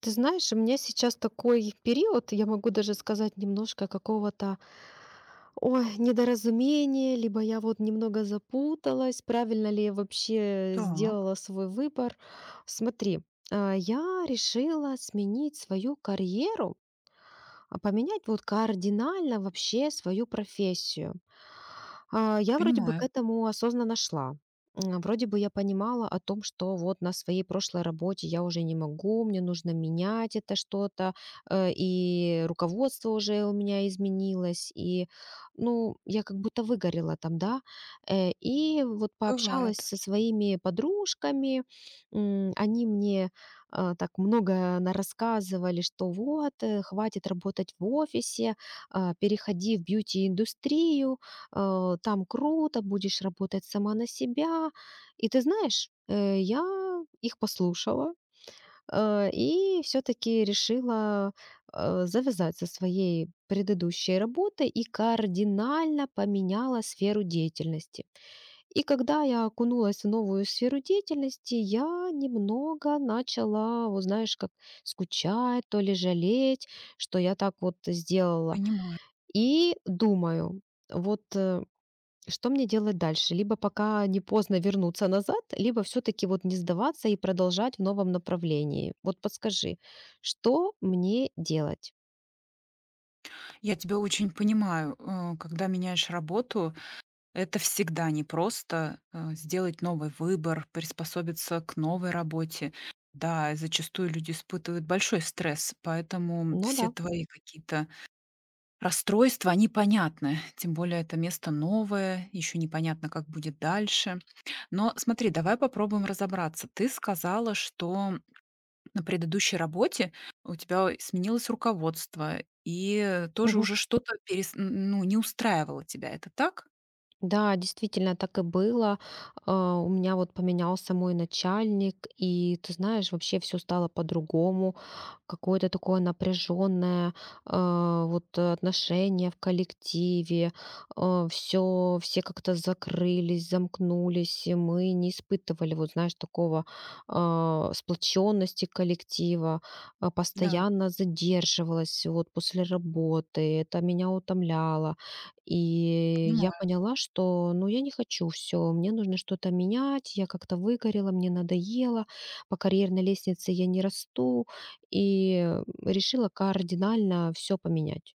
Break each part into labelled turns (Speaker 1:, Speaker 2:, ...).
Speaker 1: Ты знаешь, у меня сейчас такой период, я могу даже сказать, немножко какого-то ой, недоразумения, либо я вот немного запуталась, правильно ли я вообще
Speaker 2: Так,
Speaker 1: сделала свой выбор. Смотри, я решила сменить свою карьеру, поменять вот кардинально вообще свою профессию. Я вроде бы к
Speaker 2: понимаю.
Speaker 1: этому осознанно шла. Вроде бы я понимала о том, что вот на своей прошлой работе я уже не могу, мне нужно менять это что-то, и руководство уже у меня изменилось, и, ну, я как будто выгорела там, да. И вот пообщалась
Speaker 2: Бывает.
Speaker 1: со своими подружками, они мне так много рассказывали, что вот, хватит работать в офисе, переходи в бьюти-индустрию, там круто, будешь работать сама на себя. И ты знаешь, я их послушала и все-таки решила завязать со своей предыдущей работой и кардинально поменяла сферу деятельности. И когда я окунулась в новую сферу деятельности, я немного начала, вот знаешь, как скучать, то ли жалеть, что я так вот сделала.
Speaker 2: Понимаю.
Speaker 1: И думаю, вот что мне делать дальше? Либо пока не поздно вернуться назад, либо все-таки вот не сдаваться и продолжать в новом направлении. Вот подскажи, что мне делать?
Speaker 2: Я тебя очень понимаю. Когда меняешь работу, это всегда непросто сделать новый выбор, приспособиться к новой работе. Да, и зачастую люди испытывают большой стресс, поэтому
Speaker 1: Ну да.
Speaker 2: все твои какие-то расстройства, они понятны. Тем более это место новое, еще непонятно, как будет дальше. Но смотри, давай попробуем разобраться. Ты сказала, что на предыдущей работе у тебя сменилось руководство, и тоже уже что-то перес н ну, не устраивало тебя. Это так?
Speaker 1: Да, действительно так и было. У меня вот поменялся мой начальник, и ты знаешь, вообще все стало по-другому. Какое-то такое напряженное, вот, отношение в коллективе. Все, все как-то закрылись, замкнулись, и мы не испытывали вот, знаешь, такого, сплоченности коллектива.
Speaker 2: Да,
Speaker 1: Постоянно задерживалась вот после работы. Это меня утомляло, и я
Speaker 2: понимаю.
Speaker 1: поняла, что, ну, я не хочу все, мне нужно что-то менять, я как-то выгорела, мне надоело, по карьерной лестнице я не расту, и решила кардинально все поменять.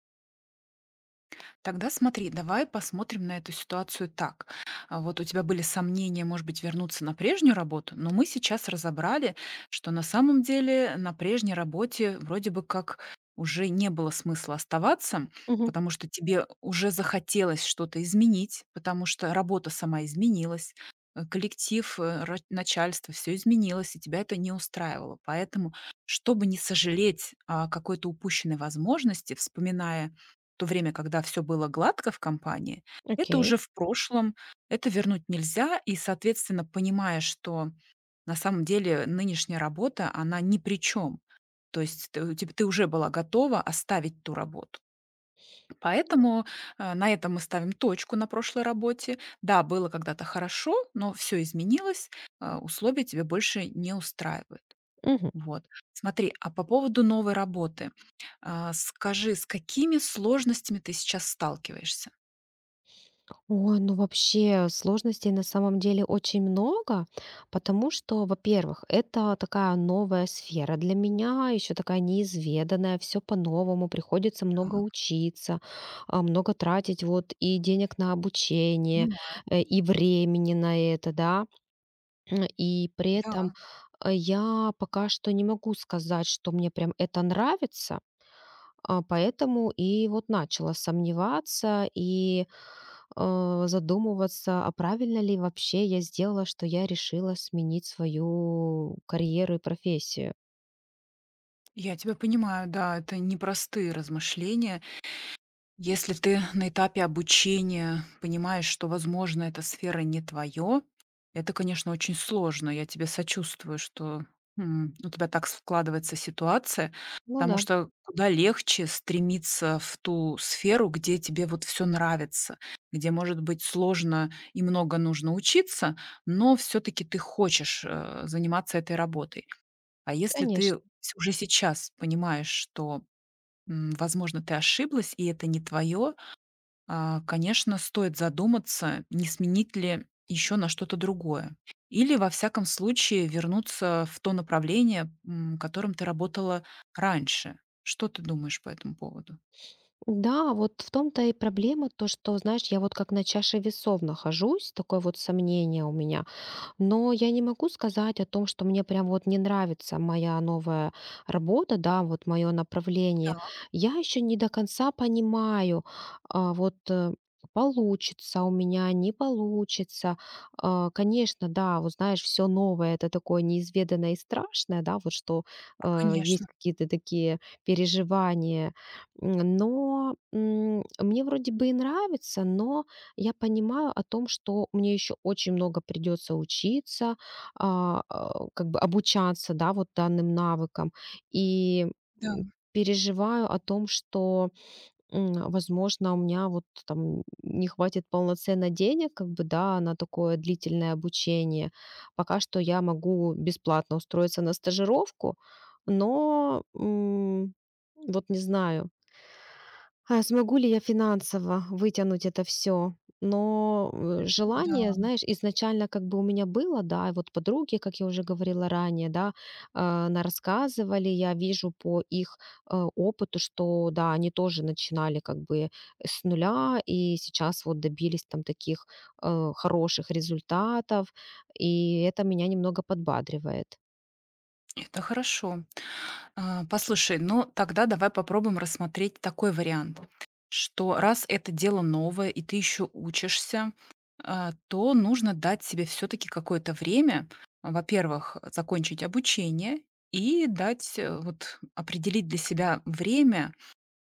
Speaker 2: Тогда смотри, давай посмотрим на эту ситуацию так. Вот у тебя были сомнения, может быть, вернуться на прежнюю работу, но мы сейчас разобрали, что на самом деле на прежней работе вроде бы как уже не было смысла оставаться,
Speaker 1: Мгм.
Speaker 2: потому что тебе уже захотелось что-то изменить, потому что работа сама изменилась, коллектив, начальство, все изменилось, и тебя это не устраивало. Поэтому, чтобы не сожалеть о какой-то упущенной возможности, вспоминая то время, когда все было гладко в компании, это уже
Speaker 1: Окей.
Speaker 2: в прошлом, это вернуть нельзя. И, соответственно, понимая, что на самом деле нынешняя работа, она ни при чем. То есть ты у теб ты уже была готова оставить ту работу. Поэтому, на этом мы ставим точку на прошлой работе. Да, было когда-то хорошо, но все изменилось, а условия тебе больше не устраивают.
Speaker 1: Мгм.
Speaker 2: Вот. Смотри, а по поводу новой работы, скажи, с какими сложностями ты сейчас сталкиваешься?
Speaker 1: Ой, ну вообще сложностей на самом деле очень много, потому что, во-первых, это такая новая сфера для меня, еще такая неизведанная, все по-новому, приходится много
Speaker 2: Так,
Speaker 1: учиться, много тратить вот и денег на обучение,
Speaker 2: понимаю,
Speaker 1: и времени на это, да. И при
Speaker 2: да,
Speaker 1: этом я пока что не могу сказать, что мне прям это нравится, поэтому и вот начала сомневаться и задумываться, а правильно ли вообще я сделала, что я решила сменить свою карьеру и профессию.
Speaker 2: я тебя понимаю, да, это непростые размышления. Если ты на этапе обучения понимаешь, что, возможно, эта сфера не твое, это, конечно, очень сложно. Я тебе сочувствую, что у тебя так складывается ситуация,
Speaker 1: Ну
Speaker 2: потому
Speaker 1: да,
Speaker 2: что куда легче стремиться в ту сферу, где тебе вот все нравится, где, может быть, сложно и много нужно учиться, но все-таки ты хочешь заниматься этой работой. А если ты
Speaker 1: конечно.
Speaker 2: уже сейчас понимаешь, что, возможно, ты ошиблась, и это не твое, конечно, стоит задуматься, не сменить ли еще на что-то другое. Или, во всяком случае, вернуться в то направление, которым ты работала раньше. Что ты думаешь по этому поводу?
Speaker 1: Да, вот в том-то и проблема, то, что, знаешь, я вот как на чаше весов нахожусь, такое вот сомнение у меня. Но я не могу сказать о том, что мне прям вот не нравится моя новая работа, да, вот мое направление.
Speaker 2: Так,
Speaker 1: Я еще не до конца понимаю, вот, получится у меня, не получится. Конечно, да, вот знаешь, все новое, это такое неизведанное и страшное, да, вот что есть
Speaker 2: конечно.
Speaker 1: какие-то такие переживания. Но мне вроде бы и нравится, но я понимаю о том, что мне еще очень много придется учиться, как бы обучаться, да, вот данным навыкам. И
Speaker 2: Да,
Speaker 1: м, переживаю о том, что, возможно, у меня вот там не хватит полноценно денег, как бы, да, на такое длительное обучение. Пока что я могу бесплатно устроиться на стажировку, но вот не знаю, а смогу ли я финансово вытянуть это все. Но, желание,
Speaker 2: да.
Speaker 1: знаешь, изначально как бы у меня было, да, и вот подруги, как я уже говорила ранее, да, на рассказывали, я вижу по их, опыту, что, да, они тоже начинали как бы с нуля и сейчас вот добились там таких, хороших результатов, и это меня немного подбадривает.
Speaker 2: Это хорошо. Послушай, ну тогда давай попробуем рассмотреть такой вариант. Что раз это дело новое и ты еще учишься, то нужно дать себе все-таки какое-то время, во-первых, закончить обучение и дать, вот определить для себя время,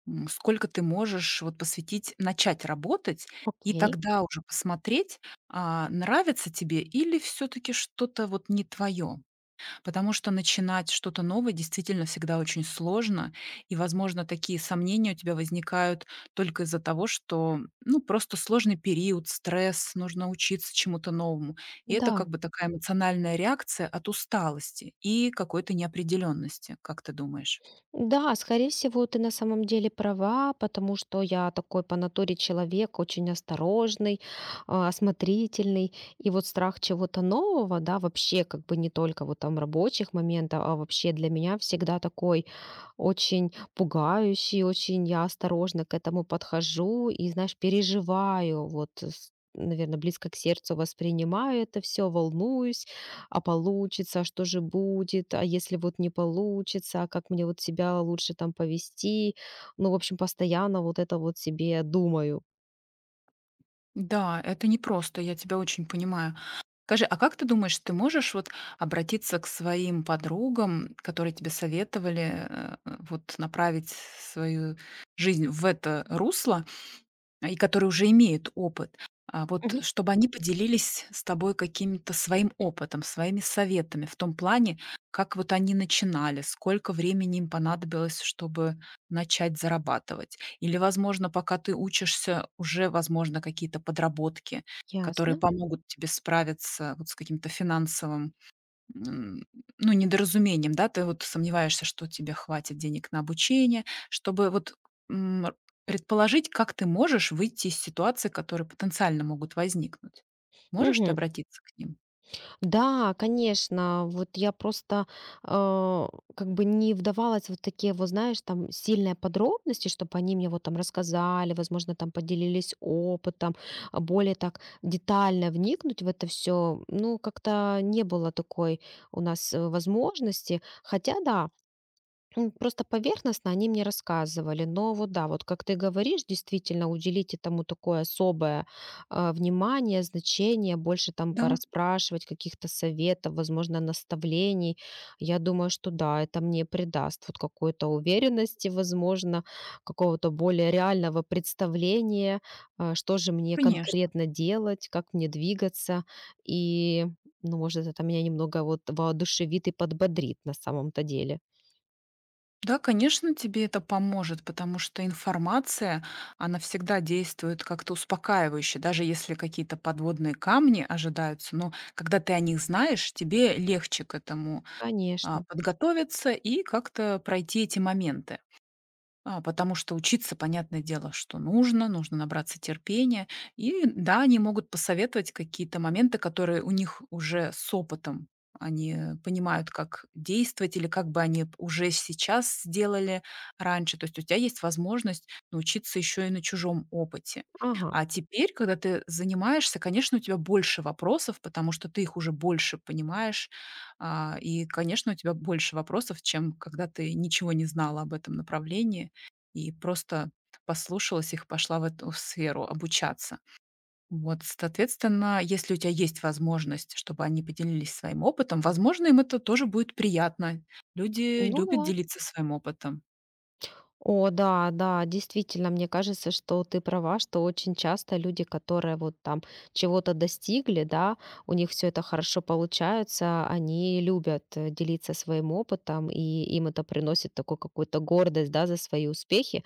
Speaker 2: сколько ты можешь вот посвятить, начать работать, и
Speaker 1: Окей.
Speaker 2: тогда уже посмотреть, нравится тебе или все-таки что-то вот не твое. Потому что начинать что-то новое действительно всегда очень сложно, и, возможно, такие сомнения у тебя возникают только из-за того, что, ну, просто сложный период, стресс, нужно учиться чему-то новому. И это
Speaker 1: Да.
Speaker 2: как бы такая эмоциональная реакция от усталости и какой-то неопределенности, как ты думаешь?
Speaker 1: Да, скорее всего, ты на самом деле права, потому что я такой по натуре человек, очень осторожный, осмотрительный, и вот страх чего-то нового, да, вообще как бы не только вот там рабочих моментов, а вообще для меня всегда такой очень пугающий, очень я осторожно к этому подхожу и, знаешь, переживаю, вот, наверное, близко к сердцу воспринимаю это все, волнуюсь, а получится, а что же будет, а если вот не получится, а как мне вот себя лучше там повести, ну, в общем, постоянно вот это вот себе думаю.
Speaker 2: Да, это непросто, я тебя очень понимаю. Скажи, а как ты думаешь, ты можешь вот обратиться к своим подругам, которые тебе советовали, вот направить свою жизнь в это русло? А, и которые уже имеют опыт. А, вот
Speaker 1: Мгм.
Speaker 2: чтобы они поделились с тобой каким-то своим опытом, своими советами в том плане, как вот они начинали, сколько времени им понадобилось, чтобы начать зарабатывать. Или, возможно, пока ты учишься, уже, возможно, какие-то подработки, которые
Speaker 1: Ясно.
Speaker 2: помогут тебе справиться вот с каким-то финансовым М, ну, недоразумением, да, ты вот сомневаешься, что тебе хватит денег на обучение, чтобы вот, м, р предположить, как ты можешь выйти из ситуации, которые потенциально могут возникнуть. Можешь ты
Speaker 1: Мгм.
Speaker 2: обратиться к ним?
Speaker 1: Да, конечно. Вот я просто, а, как бы не вдавалась вот в такие вот, знаешь, там сильные подробности, чтобы они мне вот там рассказали, возможно, там поделились опытом, а более так детально вникнуть в это все. Ну, как-то не было такой у нас возможности. Хотя, да, просто поверхностно они мне рассказывали, но вот да, вот как ты говоришь, действительно уделить этому такое особое, внимание, значение, больше там
Speaker 2: Да,
Speaker 1: пораспрашивать каких-то советов, возможно, наставлений. Я думаю, что да, это мне придаст вот какой-то уверенности, возможно, какого-то более реального представления, а что же мне
Speaker 2: конечно.
Speaker 1: конкретно делать, как мне двигаться, и, ну, может, это меня немного вот воодушевит и подбодрит на самом-то деле.
Speaker 2: Да, конечно, тебе это поможет, потому что информация, она всегда действует как-то успокаивающе, даже если какие-то подводные камни ожидаются, но когда ты о них знаешь, тебе легче к этому
Speaker 1: Конечно.
Speaker 2: подготовиться и как-то пройти эти моменты. Потому что учиться, понятное дело, что нужно, нужно набраться терпения. И да, они могут посоветовать какие-то моменты, которые у них уже с опытом. Они понимают, как действовать или как бы они уже сейчас сделали раньше. То есть у тебя есть возможность научиться еще и на чужом опыте.
Speaker 1: Ага.
Speaker 2: А теперь, когда ты занимаешься, конечно, у тебя больше вопросов, потому что ты их уже больше понимаешь. И, конечно, у тебя больше вопросов, чем когда ты ничего не знала об этом направлении и просто послушалась их, пошла в эту сферу обучаться. Вот, соответственно, если у тебя есть возможность, чтобы они поделились своим опытом, возможно, им это тоже будет приятно. Люди
Speaker 1: Ну
Speaker 2: любят
Speaker 1: да.
Speaker 2: делиться своим опытом.
Speaker 1: О, да, да, действительно, мне кажется, что ты права, что очень часто люди, которые вот там чего-то достигли, да, у них все это хорошо получается, они любят делиться своим опытом, и им это приносит такую какую-то гордость, да, за свои успехи.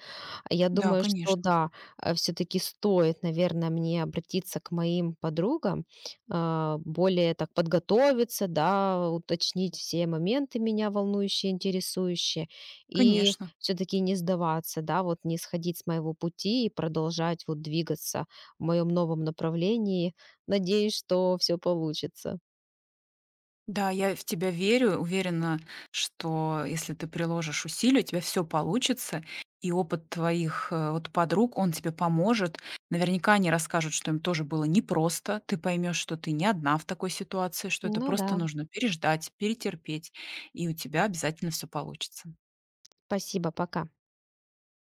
Speaker 1: Я
Speaker 2: Да,
Speaker 1: думаю, что
Speaker 2: конечно,
Speaker 1: да, все-таки стоит, наверное, мне обратиться к моим подругам, более так подготовиться, да, уточнить все моменты меня волнующие, интересующие, и
Speaker 2: конечно.
Speaker 1: все-таки не сдаваться, да, вот не сходить с моего пути и продолжать вот двигаться в моем новом направлении. Надеюсь, что все получится.
Speaker 2: Да, я в тебя верю, уверена, что если ты приложишь усилия, у тебя все получится, и опыт твоих, вот подруг, он тебе поможет. Наверняка они расскажут, что им тоже было непросто. Ты поймешь, что ты не одна в такой ситуации, что это
Speaker 1: Ну да,
Speaker 2: просто нужно переждать, перетерпеть, и у тебя обязательно все получится.
Speaker 1: спасибо, пока.